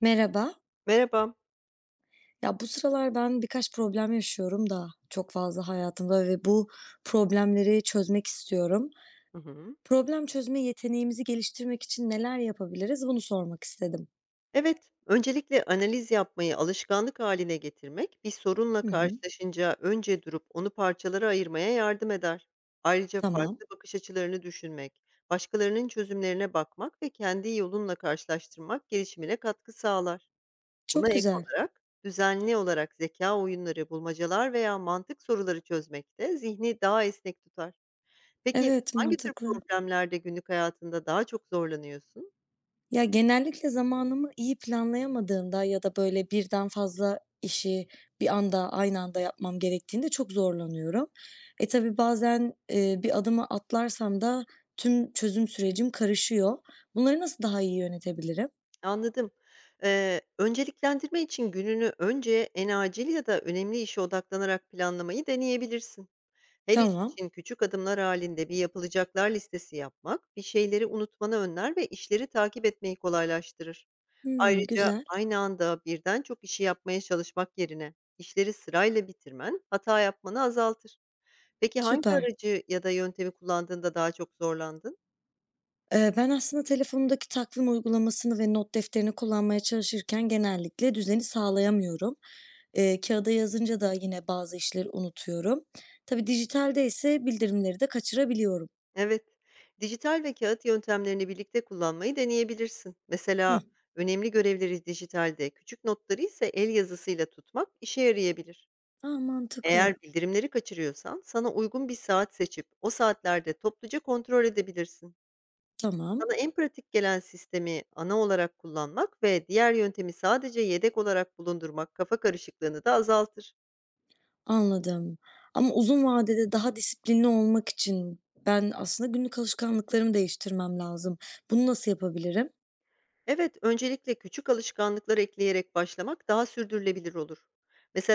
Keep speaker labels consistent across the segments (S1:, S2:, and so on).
S1: Merhaba.
S2: Merhaba.
S1: Ya bu sıralar ben birkaç problem yaşıyorum da çok fazla hayatımda ve bu problemleri çözmek istiyorum.
S2: Hı hı.
S1: Problem çözme yeteneğimizi geliştirmek için neler yapabiliriz? Bunu sormak istedim.
S2: Evet, öncelikle analiz yapmayı alışkanlık haline getirmek, bir sorunla
S1: Hı hı.
S2: karşılaşınca önce durup onu parçalara ayırmaya yardım eder. Ayrıca
S1: Tamam.
S2: farklı bakış açılarını düşünmek, başkalarının çözümlerine bakmak ve kendi yolunla karşılaştırmak gelişimine katkı sağlar. Buna
S1: Çok
S2: ek
S1: güzel.
S2: olarak düzenli olarak zeka oyunları, bulmacalar veya mantık soruları çözmek de zihni daha esnek tutar. Peki
S1: Evet,
S2: hangi tür
S1: mantıklı.
S2: problemlerde günlük hayatında daha çok zorlanıyorsun?
S1: Ya, genellikle zamanımı iyi planlayamadığımda ya da, böyle, birden fazla işi aynı anda yapmam gerektiğinde çok zorlanıyorum. Tabii bazen, bir adımı atlarsam da tüm çözüm sürecim karışıyor. Bunları nasıl daha iyi yönetebilirim?
S2: Anladım. Önceliklendirme için gününü önce en acil ya da önemli işe odaklanarak planlamayı deneyebilirsin. Her iş
S1: Tamam.
S2: için küçük adımlar halinde bir yapılacaklar listesi yapmak, bir şeyleri unutmanı önler ve işleri takip etmeyi kolaylaştırır.
S1: Hımm,
S2: Ayrıca
S1: güzel,
S2: aynı anda birden çok işi yapmaya çalışmak yerine işleri sırayla bitirmen hata yapmanı azaltır. Peki hangi
S1: süper.
S2: aracı ya da yöntemi kullandığında daha çok zorlandın?
S1: Ben aslında telefonumdaki takvim uygulamasını ve not defterini kullanmaya çalışırken genellikle düzeni sağlayamıyorum. Kâğıda yazınca da yine bazı işleri unutuyorum. Tabii dijitalde ise bildirimleri de kaçırabiliyorum.
S2: Evet. Dijital ve kağıt yöntemlerini birlikte kullanmayı deneyebilirsin.
S1: Hıh.
S2: Mesela önemli görevleri dijitalde, küçük notları ise el yazısıyla tutmak işe yarayabilir.
S1: A, mantıklı.
S2: Eğer bildirimleri kaçırıyorsan sana uygun bir saat seçip o saatlerde topluca kontrol edebilirsin.
S1: Tamam,
S2: Sana en pratik gelen sistemi ana olarak kullanmak ve diğer yöntemi sadece yedek olarak bulundurmak kafa karışıklığını da azaltır.
S1: anladım. Ama uzun vadede daha disiplinli olmak için ben aslında günlük alışkanlıklarımı değiştirmem lazım. Bunu nasıl yapabilirim?
S2: Evet, öncelikle küçük alışkanlıklar ekleyerek başlamak daha sürdürülebilir olur.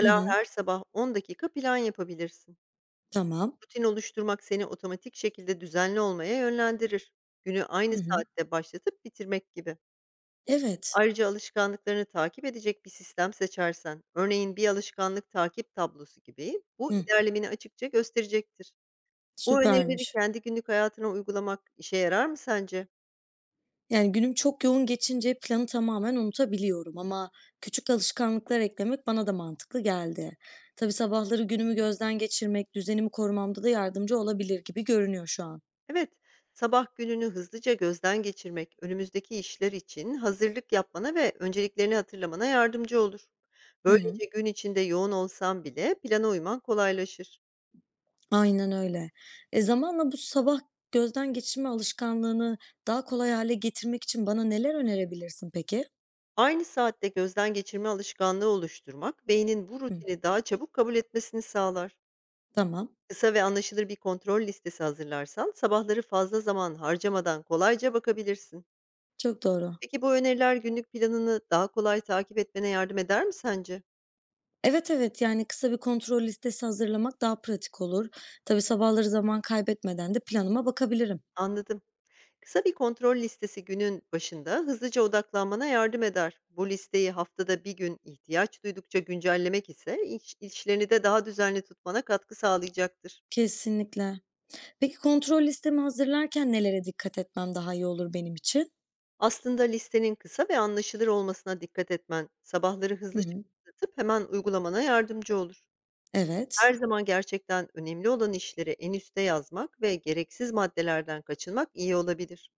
S1: Hı hı.
S2: her sabah 10 dakika plan yapabilirsin.
S1: Tamam.
S2: Rutin oluşturmak seni otomatik şekilde düzenli olmaya yönlendirir. Günü aynı
S1: Hı hı.
S2: saatte başlatıp bitirmek gibi.
S1: Evet.
S2: Ayrıca alışkanlıklarını takip edecek bir sistem seçersen, örneğin bir alışkanlık takip tablosu gibi, bu
S1: Hıh.
S2: ilerlemeni açıkça gösterecektir. Bu önerileri
S1: Süpermiş.
S2: kendi günlük hayatına uygulamak işe yarar mı sence?
S1: Yani, günüm çok yoğun geçince planı tamamen unutabiliyorum ama küçük alışkanlıklar eklemek bana da mantıklı geldi. Tabii sabahları günümü gözden geçirmek, düzenimi korumamda da yardımcı olabilir gibi görünüyor şu an.
S2: Evet, sabah gününü hızlıca gözden geçirmek önümüzdeki işler için hazırlık yapmana ve önceliklerini hatırlamana yardımcı olur.
S1: Hı hı.
S2: Böylece gün içinde yoğun olsan bile plana uyman kolaylaşır.
S1: Aynen öyle. Zamanla bu sabah gözden geçirme alışkanlığını daha kolay hale getirmek için bana neler önerebilirsin peki?
S2: Aynı saatte gözden geçirme alışkanlığı oluşturmak beynin bu
S1: Hı,
S2: rutini daha çabuk kabul etmesini sağlar.
S1: tamam.
S2: Kısa ve anlaşılır bir kontrol listesi hazırlarsan sabahları fazla zaman harcamadan kolayca bakabilirsin.
S1: Çok doğru.
S2: Peki bu öneriler günlük planını daha kolay takip etmene yardım eder mi sence?
S1: Evet, evet, yani, kısa bir kontrol listesi hazırlamak daha pratik olur. Tabii sabahları zaman kaybetmeden de planıma bakabilirim.
S2: Anladım. Kısa bir kontrol listesi günün başında hızlıca odaklanmana yardım eder. Bu listeyi haftada bir gün ihtiyaç duydukça güncellemek ise işlerini de daha düzenli tutmana katkı sağlayacaktır.
S1: Kesinlikle. Peki kontrol listemi hazırlarken nelere dikkat etmem daha iyi olur benim için?
S2: Aslında listenin kısa ve anlaşılır olmasına dikkat etmen, sabahları
S1: Hı
S2: hızlıca
S1: hı.
S2: başlatıp hemen uygulamana yardımcı olur.
S1: Evet,
S2: Her zaman gerçekten önemli olan işleri en üste yazmak ve gereksiz maddelerden kaçınmak iyi olabilir.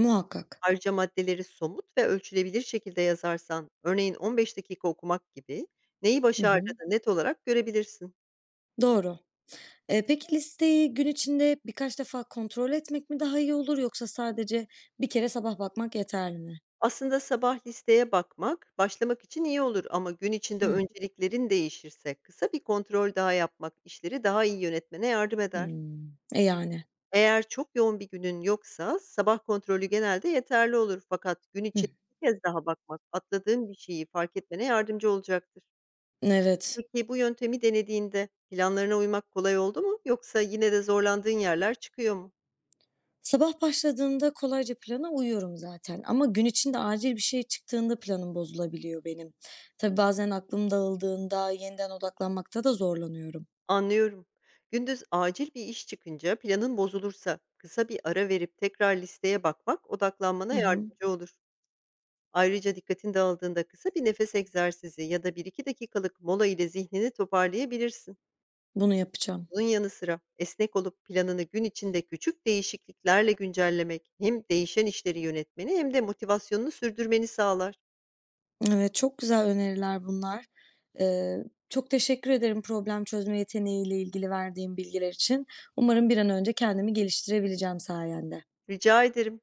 S1: muhakkak.
S2: Ayrıca maddeleri somut ve ölçülebilir şekilde yazarsan, örneğin 15 dakika okumak gibi, neyi
S1: Hı hı.
S2: başardığını net olarak görebilirsin.
S1: Doğru. Peki listeyi gün içinde birkaç defa kontrol etmek mi daha iyi olur yoksa sadece bir kere sabah bakmak yeterli mi?
S2: Aslında sabah listeye bakmak, başlamak için iyi olur ama gün içinde
S1: Hı.
S2: önceliklerin değişirse kısa bir kontrol daha yapmak işleri daha iyi yönetmene yardım eder.
S1: Hımm. E, yani.
S2: Eğer çok yoğun bir günün yoksa sabah kontrolü genelde yeterli olur fakat gün
S1: Hıh.
S2: içinde bir kez daha bakmak atladığın bir şeyi fark etmene yardımcı olacaktır.
S1: Evet.
S2: Peki bu yöntemi denediğinde planlarına uymak kolay oldu mu yoksa yine de zorlandığın yerler çıkıyor mu?
S1: Sabah başladığında kolayca plana uyuyorum zaten ama gün içinde acil bir şey çıktığında planım bozulabiliyor benim. Tabii bazen aklım dağıldığında yeniden odaklanmakta da zorlanıyorum.
S2: Anlıyorum. Gündüz acil bir iş çıkınca planın bozulursa kısa bir ara verip tekrar listeye bakmak odaklanmana
S1: Hı hı.
S2: yardımcı olur. Ayrıca dikkatin dağıldığında kısa bir nefes egzersizi ya da bir iki dakikalık mola ile zihnini toparlayabilirsin.
S1: Bunu yapacağım.
S2: Bunun yanı sıra esnek olup planını gün içinde küçük değişikliklerle güncellemek hem değişen işleri yönetmeni hem de motivasyonunu sürdürmeni sağlar.
S1: Evet, çok güzel öneriler bunlar. Çok teşekkür ederim problem çözme yeteneğiyle ilgili verdiğin bilgiler için. Umarım bir an önce kendimi geliştirebileceğim sayende.
S2: Rica ederim.